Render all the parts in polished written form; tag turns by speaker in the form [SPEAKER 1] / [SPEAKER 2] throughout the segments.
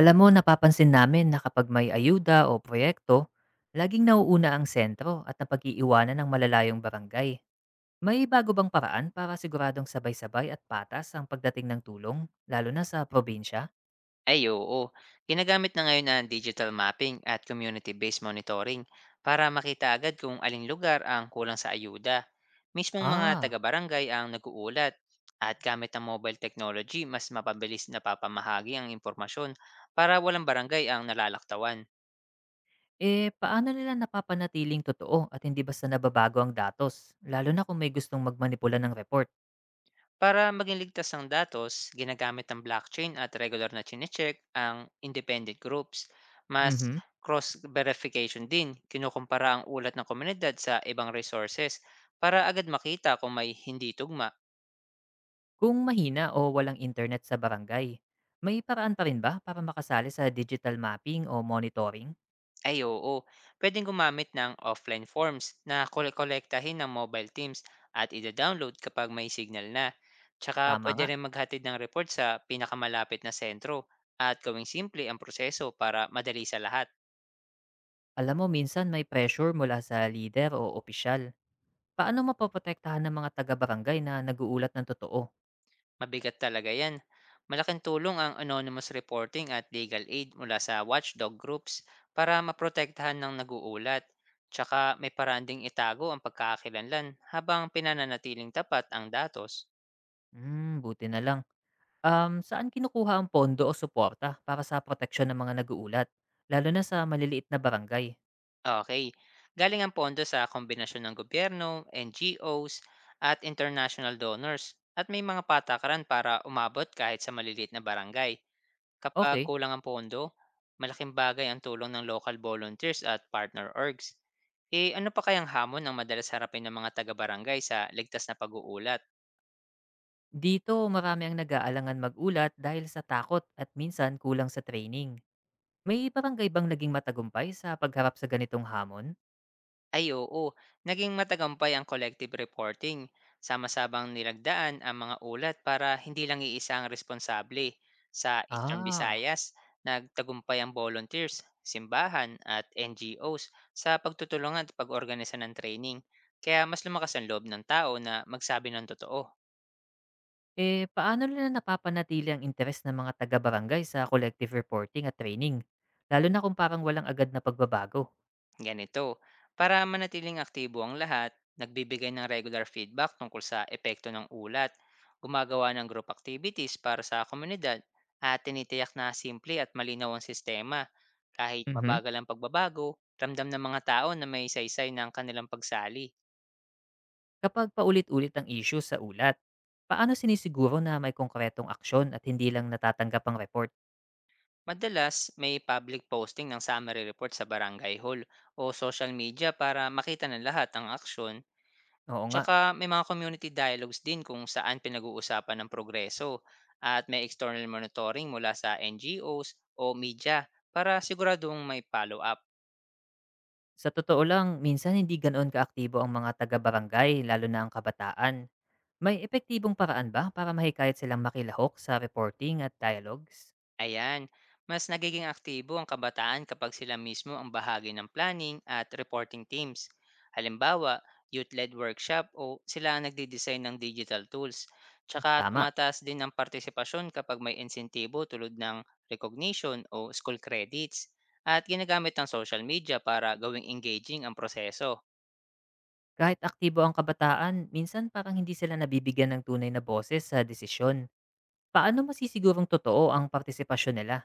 [SPEAKER 1] Alam mo, napapansin namin na kapag may ayuda o proyekto, laging nauuna ang sentro at napag-iiwanan ng malalayong barangay. May bago bang paraan para siguradong sabay-sabay at patas ang pagdating ng tulong, lalo na sa probinsya?
[SPEAKER 2] Ay, oo. Ginagamit na ngayon ang digital mapping at community-based monitoring para makita agad kung aling lugar ang kulang sa ayuda. Mismong mga
[SPEAKER 1] Ah,
[SPEAKER 2] taga-barangay ang nag-uulat, at gamit ang mobile technology mas mapabilis na papamahagi ang impormasyon para walang barangay ang nalalaktawan.
[SPEAKER 1] eh paano nila napapanatiling totoo at hindi basta nababago ang datos, lalo na kung may gustong magmanipula ng report?
[SPEAKER 2] Para maging ligtas ang datos, ginagamit ang blockchain at regular na chinecheck ang independent groups. Mas
[SPEAKER 1] Mhm.
[SPEAKER 2] cross-verification din, kinukumpara ang ulat ng komunidad sa ibang resources para agad makita kung may hindi tugma.
[SPEAKER 1] Kung mahina o walang internet sa barangay, may paraan pa rin ba para makasali sa digital mapping o monitoring?
[SPEAKER 2] Ay, oo, pwedeng gumamit ng offline forms na kolektahin ng mobile teams at ida-download kapag may signal na. Tsaka
[SPEAKER 1] Tama
[SPEAKER 2] pwede
[SPEAKER 1] nga.
[SPEAKER 2] rin maghatid ng report sa pinakamalapit na sentro at gawing simple ang proseso para madali sa lahat.
[SPEAKER 1] Alam mo minsan may pressure mula sa leader o opisyal. Paano mapoprotektahan ng mga taga-barangay na naguulat ng totoo?
[SPEAKER 2] Mabigat talaga 'yan. Malaking tulong ang anonymous reporting at legal aid mula sa watchdog groups para maprotektahan ng naguulat. Tsaka may paraan ding itago ang pagkakakilanlan habang pinananatiling tapat ang datos.
[SPEAKER 1] Hmm, buti na lang. Saan kinukuha ang pondo o suporta para sa proteksyon ng mga naguulat, lalo na sa maliliit na barangay?
[SPEAKER 2] Okay, galing ang pondo sa kombinasyon ng gobyerno, NGOs, at international donors, at may mga patakaran para umabot kahit sa maliliit na barangay. Kapag
[SPEAKER 1] Okay,
[SPEAKER 2] kulang ang pondo, malaking bagay ang tulong ng local volunteers at partner orgs. Eh, ano pa kayang hamon ang madalas harapin ng mga taga-barangay sa ligtas na pag-uulat?
[SPEAKER 1] dito marami ang nag-aalangan mag-ulat dahil sa takot at minsan kulang sa training. May barangay bang naging matagumpay sa pagharap sa ganitong hamon?
[SPEAKER 2] Ay, oo, naging matagumpay ang collective reporting. Sama-sabang nilagdaan ang mga ulat para hindi lang iisa ang responsable. Sa Eastern
[SPEAKER 1] Ah,
[SPEAKER 2] Visayas, nagtagumpay ang volunteers, simbahan at NGOs sa pagtutulungan at pag-organisa ng training. Kaya mas lumakas ang loob ng tao na magsabi ng totoo.
[SPEAKER 1] eh, paano nila napapanatili ang interes ng mga taga-barangay sa collective reporting at training, lalo na kung parang walang agad na pagbabago?
[SPEAKER 2] Ganito, para manatiling aktibo ang lahat, nagbibigay ng regular feedback tungkol sa epekto ng ulat, gumagawa ng group activities para sa komunidad, at tinitiyak na simple at malinaw ang sistema. Kahit
[SPEAKER 1] Mhm.
[SPEAKER 2] mabagal ang pagbabago, ramdam ng mga tao na may saysay ng kanilang pagsali.
[SPEAKER 1] Kapag paulit-ulit ang issue sa ulat, paano sinisiguro na may konkretong aksyon at hindi lang natatanggap ang report?
[SPEAKER 2] Madalas, may public posting ng summary report sa barangay hall o social media para makita ng lahat ang aksyon.
[SPEAKER 1] Oo nga,
[SPEAKER 2] Tsaka may mga community dialogues din kung saan pinag-uusapan ang progreso, at may external monitoring mula sa NGOs o media para siguradong may follow-up.
[SPEAKER 1] sa totoo lang, minsan hindi ganoon kaaktibo ang mga taga-barangay, lalo na ang kabataan. May epektibong paraan ba para mahikayat silang makilahok sa reporting at dialogues?
[SPEAKER 2] Ayan, mas nagiging aktibo ang kabataan kapag sila mismo ang bahagi ng planning at reporting teams. Halimbawa, youth-led workshop o sila ang nagdi-design ng digital tools. Tsaka
[SPEAKER 1] Tama.
[SPEAKER 2] tumataas din ang partisipasyon kapag may insentibo tulad ng recognition o school credits, at ginagamit ang social media para gawing engaging ang proseso.
[SPEAKER 1] Kahit aktibo ang kabataan, minsan parang hindi sila nabibigyan ng tunay na boses sa desisyon. Paano masisigurong totoo ang partisipasyon nila?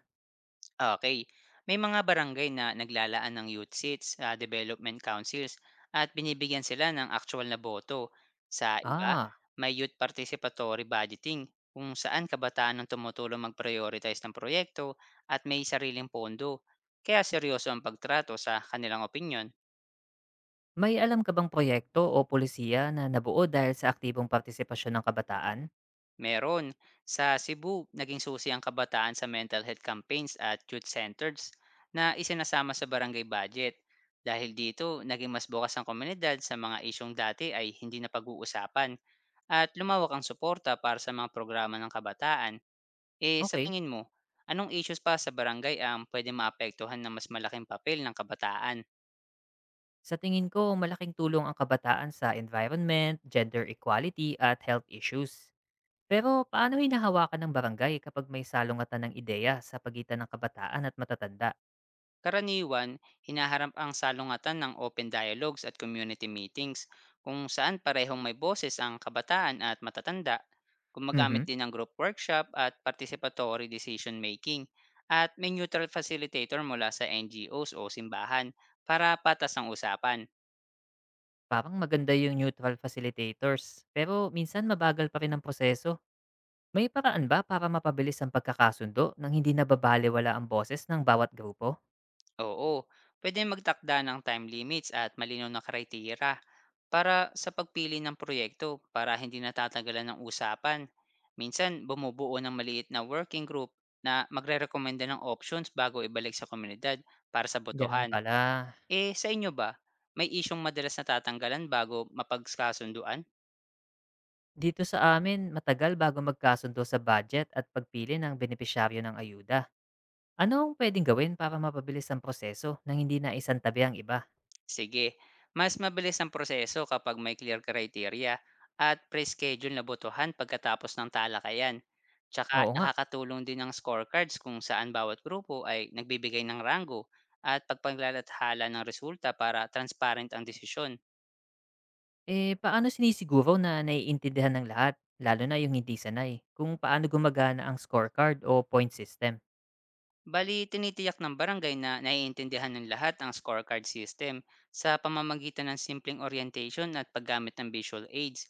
[SPEAKER 2] Okay, may mga barangay na naglalaan ng youth seats sa development councils at binibigyan sila ng actual na boto. Sa iba,
[SPEAKER 1] Ah,
[SPEAKER 2] may youth participatory budgeting kung saan kabataan ang tumutulong mag-prioritize ng proyekto at may sariling pondo. Kaya seryoso ang pagtrato sa kanilang opinyon.
[SPEAKER 1] may alam ka bang proyekto o polisiya na nabuo dahil sa aktibong partisipasyon ng kabataan?
[SPEAKER 2] Meron. Sa Cebu, naging susi ang kabataan sa mental health campaigns at youth centers na isinasama sa barangay budget. Dahil dito, naging mas bukas ang komunidad sa mga isyong dati ay hindi na pag-uusapan, at lumawak ang suporta para sa mga programa ng kabataan. Eh, sa
[SPEAKER 1] Okay.
[SPEAKER 2] tingin mo, anong issues pa sa barangay ang pwede maapektuhan ng mas malaking papel ng kabataan?
[SPEAKER 1] Sa tingin ko, malaking tulong ang kabataan sa environment, gender equality at health issues. Pero paano hinahawakan ng barangay kapag may salungatan ng ideya sa pagitan ng kabataan at matatanda?
[SPEAKER 2] Karaniwan, hinaharap ang salungatan ng open dialogues at community meetings kung saan parehong may boses ang kabataan at matatanda.
[SPEAKER 1] Mhm.
[SPEAKER 2] Gumagamit din ng group workshop at participatory decision making, at may neutral facilitator mula sa NGOs o simbahan para patas ang usapan.
[SPEAKER 1] Parang maganda yung neutral facilitators, pero minsan mabagal pa rin ang proseso. May paraan ba para mapabilis ang pagkakasundo nang hindi nababalewala ang boses ng bawat grupo?
[SPEAKER 2] Oo, pwede magtakda ng time limits at malinaw na kriteria para sa pagpili ng proyekto para hindi natatagalan ng usapan. Minsan, bumubuo ng maliit na working group na magre-recommenda ng options bago ibalik sa komunidad para sa
[SPEAKER 1] Ganun
[SPEAKER 2] botohan.
[SPEAKER 1] pala.
[SPEAKER 2] Eh, sa inyo ba? May isyong madalas natatanggalan bago mapagkasunduan?
[SPEAKER 1] Dito sa amin, matagal bago magkasundo sa budget at pagpili ng benepisyaryo ng ayuda. Ano ang pwedeng gawin para mapabilis ang proseso nang hindi na isantabi ang iba?
[SPEAKER 2] Sige, mas mabilis ang proseso kapag may clear criteria at pre-schedule na botohan pagkatapos ng talakayan. Tsaka
[SPEAKER 1] Oo nga.
[SPEAKER 2] nakakatulong din ang scorecards kung saan bawat grupo ay nagbibigay ng rango at pagpaglalathala ng resulta para transparent ang desisyon.
[SPEAKER 1] Eh, paano sinisiguro na naiintindihan ng lahat, lalo na yung hindi sanay, kung paano gumagana ang scorecard o point system?
[SPEAKER 2] Bali, tinitiyak ng barangay na naiintindihan ng lahat ang scorecard system sa pamamagitan ng simpleng orientation at paggamit ng visual aids